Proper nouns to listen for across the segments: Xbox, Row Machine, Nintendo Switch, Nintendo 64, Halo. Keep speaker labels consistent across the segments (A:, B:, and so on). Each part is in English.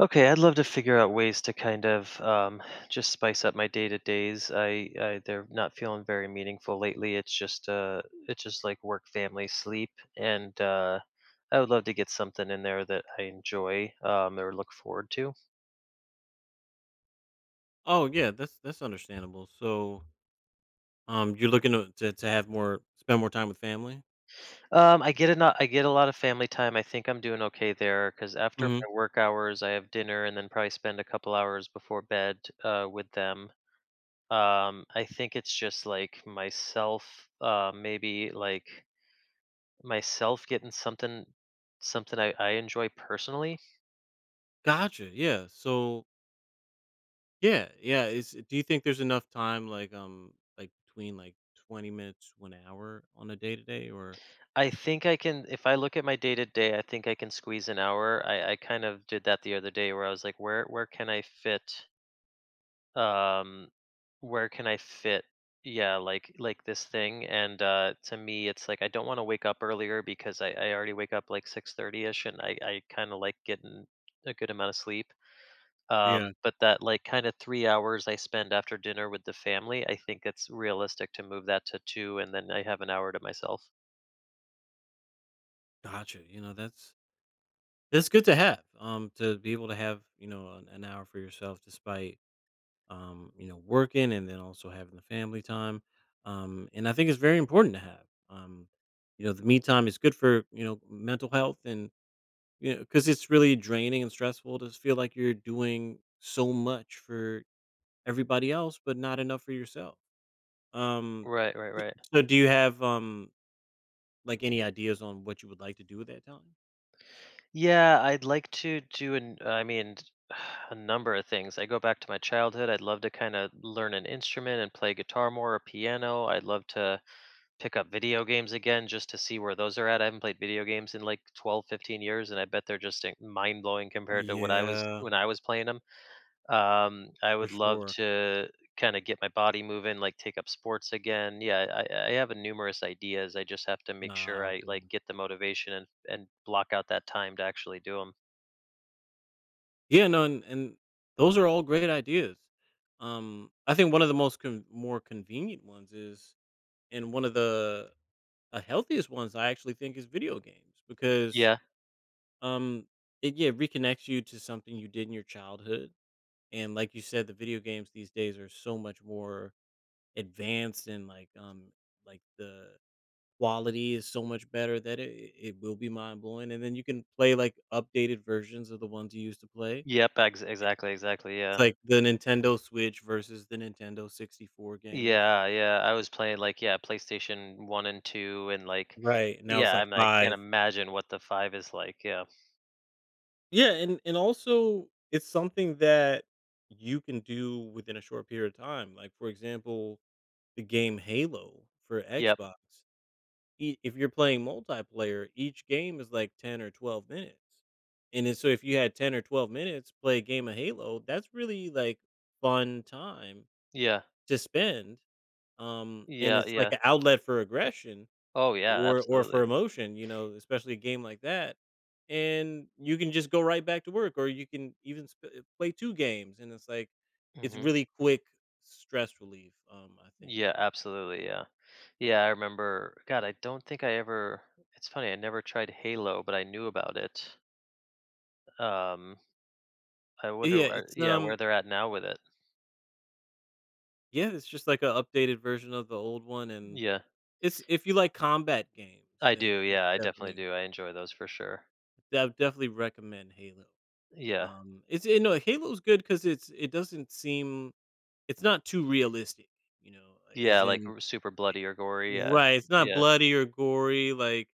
A: Okay, I'd love to figure out ways to kind of just spice up my day to days. I They're not feeling very meaningful lately. It's just like work, family, sleep, and I would love to get something in there that I enjoy or look forward to.
B: Oh yeah, that's understandable. So, you're looking to have more, spend more time with family.
A: I get a not, I get a lot of family time. I think I'm doing okay there because after
B: Hmm
A: my work hours, I have dinner and then probably spend a couple hours before bed with them. I think it's just like myself, maybe like myself getting something I enjoy personally.
B: Gotcha. Yeah. Is do you think there's enough time, like between 20 minutes to an hour on a day to day, or
A: I think I can, if I look at my day to day, I think I can squeeze an hour. I kind of did that the other day where I was like, where can I fit, um where can i fit yeah, like this thing, and to me, it's like, I don't want to wake up earlier because I already wake up like 6:30 ish, and I kind of like getting a good amount of sleep.
B: Yeah.
A: But that like kind of 3 hours I spend after dinner with the family, I think it's realistic to move that to two, and then I have an hour to myself.
B: Gotcha. You know, that's good to have. To be able to have you know an hour for yourself, despite you know, working and then also having the family time. And I think it's very important to have. Um, you know, the me time is good for you know mental health and you know because it's really draining and stressful to feel like you're doing so much for everybody else, but not enough for yourself. Um,
A: Right, right,
B: s-
A: right.
B: so do you have like any ideas on what you would like to do with that time?
A: Yeah, I'd like to do an I mean a number of things. I go back to my childhood. I'd love to kind of learn an instrument and play guitar more or piano. I'd love to pick up video games again just to see where those are at. I haven't played video games in like 12, 15 years, and I bet they're just like, mind-blowing compared to what I was
B: Yeah.
A: when I was playing them. I
B: For
A: would love
B: sure.
A: to kind of get my body moving, like take up sports again. Yeah, I have a numerous ideas. I just have to make sure
B: Nah,
A: I like get the motivation and block out that time to actually do them.
B: yeah, no, and those are all great ideas. I think one of the more convenient ones is, and one of the healthiest ones I actually think is video games because
A: Yeah.
B: um, it reconnects you to something you did in your childhood, and like you said, the video games these days are so much more advanced and like the quality is so much better that it will be mind blowing, and then you can play like updated versions of the ones you used to play.
A: Yep. Exactly. Exactly.
B: It's
A: Yeah.
B: like the Nintendo Switch versus the Nintendo 64 games.
A: Yeah. Yeah. I was playing like, yeah, PlayStation One and Two, and like,
B: Right, now it's
A: yeah, I
B: like
A: mean, I can't
B: 5.
A: imagine what the five is like. Yeah.
B: Yeah, and also it's something that you can do within a short period of time, like, for example, the game Halo for
A: Yep.
B: Xbox. E if you're playing multiplayer, each game is like 10 or 12 minutes, and then so if you had 10 or 12 minutes, play a game of Halo, that's really, like, fun time
A: Yeah.
B: to spend, and
A: Yeah.
B: it's like
A: Yeah.
B: an outlet for aggression
A: Oh yeah.
B: or for
A: Absolutely.
B: emotion, you know, especially a game like that. And you can just go right back to work, or you can even play two games, and it's like it's
A: Hmm.
B: really quick stress relief. I think.
A: Yeah. Absolutely. Yeah. Yeah, I remember. God, I don't think I ever. It's funny. I never tried Halo, but I knew about it. Um, I wonder
B: Yeah,
A: where.
B: it's
A: Yeah, where
B: um,
A: they're at now with it.
B: yeah, it's just like an updated version of the old one, and
A: Yeah,
B: it's if you like combat games,
A: I
B: then
A: do.
B: it's
A: Yeah, I definitely
B: definitely
A: do. I enjoy those for sure.
B: I would definitely recommend Halo.
A: Yeah,
B: It's you know Halo's good because it's it doesn't seem it's not too realistic, you know,
A: yeah,
B: as
A: like
B: in
A: super bloody or gory. Yeah,
B: right, it's not
A: yeah.
B: bloody or gory, like,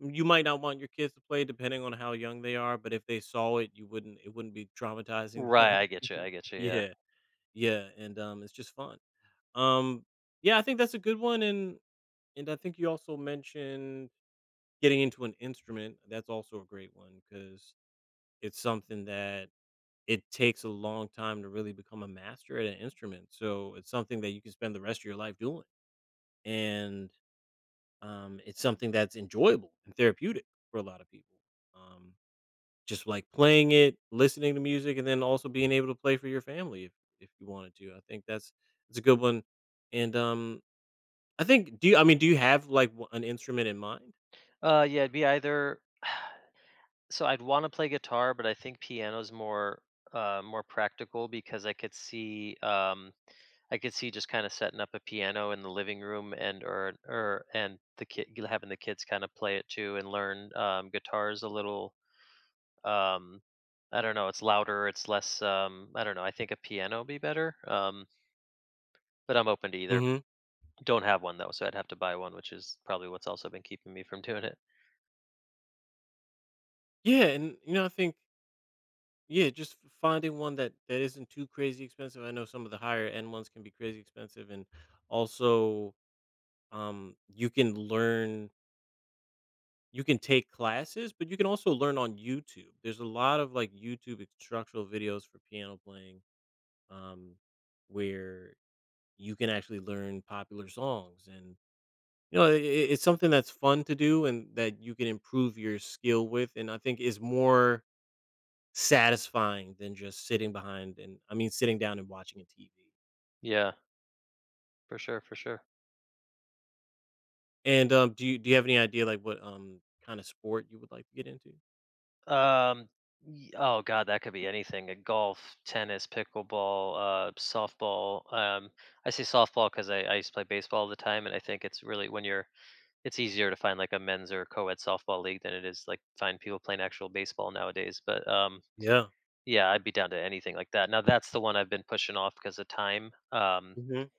B: you might not want your kids to play depending on how young they are, but if they saw it, you wouldn't it wouldn't be traumatizing
A: Right.
B: them.
A: I get you. I get you. Yeah.
B: Yeah, yeah, and, it's just fun. Um, yeah, I think that's a good one, and I think you also mentioned getting into an instrument, that's also a great one because it's something that it takes a long time to really become a master at an instrument, so it's something that you can spend the rest of your life doing, and um, it's something that's enjoyable and therapeutic for a lot of people. Um, just like playing it, listening to music, and then also being able to play for your family if you wanted to. I think that's it's a good one. And I think do you? I mean, do you have like an instrument in mind?
A: Yeah. It'd be either. So I'd want to play guitar, but I think piano's more practical because I could see just kind of setting up a piano in the living room, and or and the kid having the kids kind of play it too and learn guitars a little. Um, I don't know. It's louder. It's less. I don't know. I think a piano would be better. But I'm open to either.
B: Hmm
A: Don't have one though, so I'd have to buy one, which is probably what's also been keeping me from doing it.
B: Yeah, and you know, I think yeah, just finding one that that isn't too crazy expensive. I know some of the higher end ones can be crazy expensive, and also you can learn. You can take classes, but you can also learn on YouTube. There's a lot of, like, YouTube instructional videos for piano playing, um, where you can actually learn popular songs, and, you know, I it's something that's fun to do and that you can improve your skill with, and I think is more satisfying than just sitting behind and I mean, sitting down and watching a TV.
A: Yeah, for sure, for sure.
B: And, do you have any idea, like, what, kinda sport you would like to get into?
A: Um, oh God, that could be anything. Golf, tennis, pickleball, softball. I say softball because I used to play baseball all the time, and I think it's really, when you're it's easier to find like a men's or co-ed softball league than it is like find people playing actual baseball nowadays. But
B: Yeah.
A: yeah, I'd be down to anything like that. Now that's the one I've been pushing off because of time.
B: Mhm.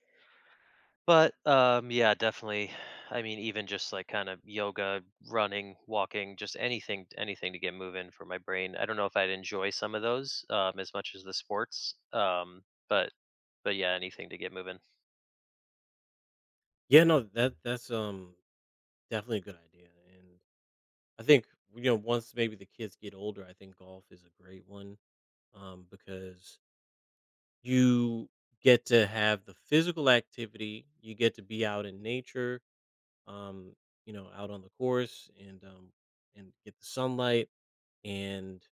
A: But, yeah, definitely. I mean, even just like kind of yoga, running, walking, just anything, anything to get moving for my brain. I don't know if I'd enjoy some of those as much as the sports, but yeah, anything to get moving.
B: Yeah, no, that that's, definitely a good idea, and I think, you know, once maybe the kids get older, I think golf is a great one, because you get to have the physical activity, you get to be out in nature, um, you know, out on the course and get the sunlight, and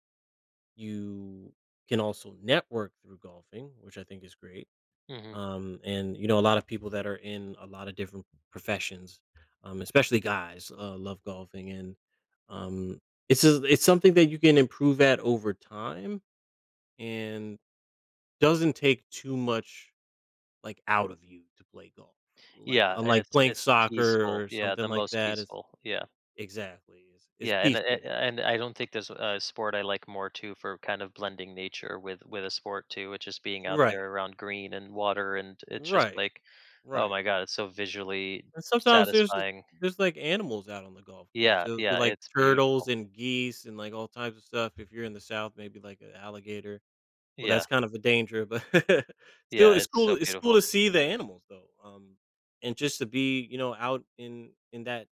B: you can also network through golfing, which I think is great
A: Hmm.
B: and you know a lot of people that are in a lot of different professions, especially guys, love golfing, and um, it's something that you can improve at over time, and doesn't take too much like out of you to play golf. Like
A: Yeah, and
B: unlike
A: it's
B: playing
A: it's
B: soccer
A: peaceful.
B: or
A: Yeah,
B: something
A: the
B: like
A: most
B: that, it's
A: peaceful. Yeah,
B: exactly it's
A: yeah, and
B: peaceful.
A: I don't think there's a sport I like more too for kind of blending nature with a sport too, which is being out
B: Right,
A: there around green and water, and it's just
B: right,
A: like. Oh
B: right.
A: my God, it's so visually
B: And sometimes
A: satisfying.
B: there's, like, animals out on the golf course.
A: Yeah,
B: There'll be,
A: yeah,
B: like,
A: it's
B: turtles
A: beautiful.
B: and geese and, like, all types of stuff. If you're in the South, maybe, like, an alligator. Well,
A: Yeah,
B: that's kind of a danger, but still,
A: yeah, it's so
B: it's cool
A: beautiful.
B: to see the animals, though, and just to be, you know, out in that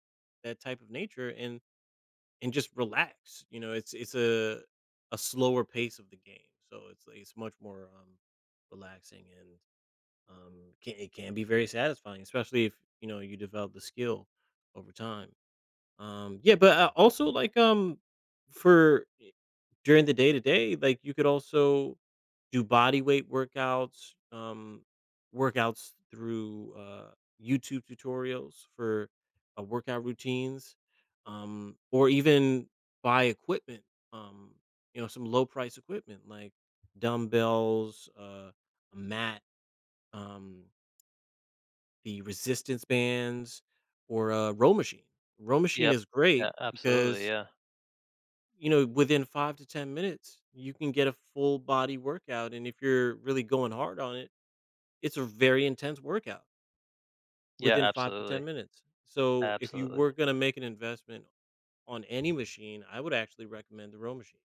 B: that type of nature and just relax, you know? It's a slower pace of the game, so it's, like, it's much more, relaxing and it can be very satisfying, especially if you know you develop the skill over time. Yeah, but I also like for i- during the day to day, like you could also do body weight workouts, workouts through YouTube tutorials for workout routines, or even buy equipment. Um, you know, some low price equipment like dumbbells, a mat. Um, the resistance bands or, Row Machine. Row Machine
A: Yep.
B: is
A: Yeah,
B: great
A: absolutely,
B: because,
A: yeah.
B: you know, within 5 to 10 minutes, you can get a full body workout, and if you're really going hard on it, it's a very intense workout
A: Yeah,
B: within 5 to
A: absolutely,
B: 10 minutes. So, if you
A: absolutely.
B: were gonna make an investment on any machine, I would actually recommend the Row Machine.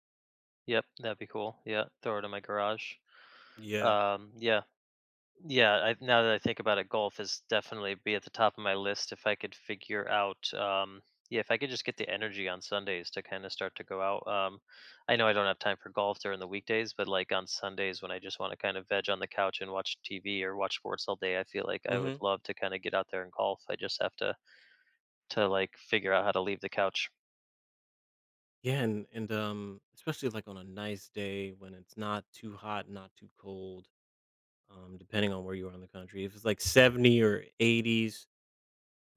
A: Yep, that'd be cool. Yeah, throw it in my garage.
B: Yeah.
A: Yeah. Yeah, now that I think about it, golf is definitely be at the top of my list if I could figure out. Yeah, if I could just get the energy on Sundays to kind of start to go out. I know I don't have time for golf during the weekdays, but like on Sundays when I just want to kind of veg on the couch and watch TV or watch sports all day, I feel like I would
B: Mhm.
A: love to kind of get out there and golf. I just have to like figure out how to leave the couch.
B: Yeah, and, especially, like, on a nice day when it's not too hot, not too cold. Um, depending on where you are in the country. If it's like 70 or 80s,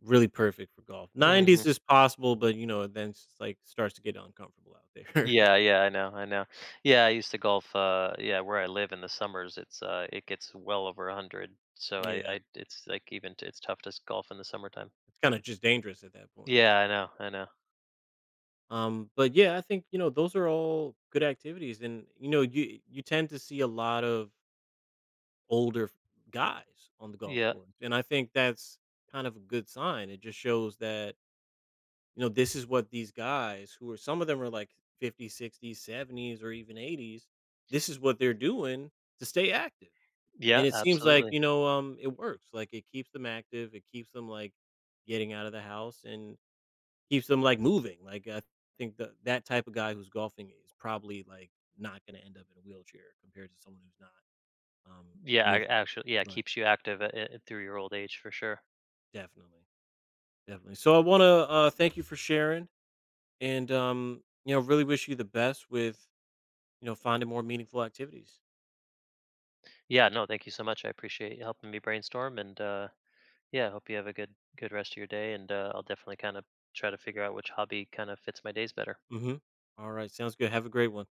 B: really perfect for golf.
A: Hmm.
B: 90s is possible, but you know, then it's just, like starts to get uncomfortable out there.
A: Yeah, yeah, I know, I know. Yeah, I used to golf. Yeah, where I live in the summers, it gets well over 100. So
B: Yeah,
A: it's like even it's tough to golf in the summertime.
B: it's kind of just dangerous at that point.
A: Yeah, I know, I know.
B: But yeah, I think you know those are all good activities, and you know you tend to see a lot of older guys on the golf
A: Yeah,
B: course, and I think that's kind of a good sign. It just shows that you know, this is what these guys who are some of them are like 50s, 60s, 70s, or even 80s, this is what they're doing to stay active.
A: yeah,
B: And it seems like,
A: absolutely.
B: you know, it works. Like it keeps them active, it keeps them like getting out of the house and keeps them like moving. Like I think that that type of guy who's golfing is probably like not gonna end up in a wheelchair compared to someone who's not um
A: Yeah,
B: moving.
A: actually, yeah,
B: But
A: keeps you active through your old age for sure.
B: definitely, definitely. So I wanna thank you for sharing and you know really wish you the best with you know, finding more meaningful activities.
A: Yeah, no, thank you so much. I appreciate you helping me brainstorm, and yeah, hope you have a good rest of your day. And I'll definitely kind of try to figure out which hobby kind of fits my days better.
B: Mhm. All right, sounds good. Have a great one.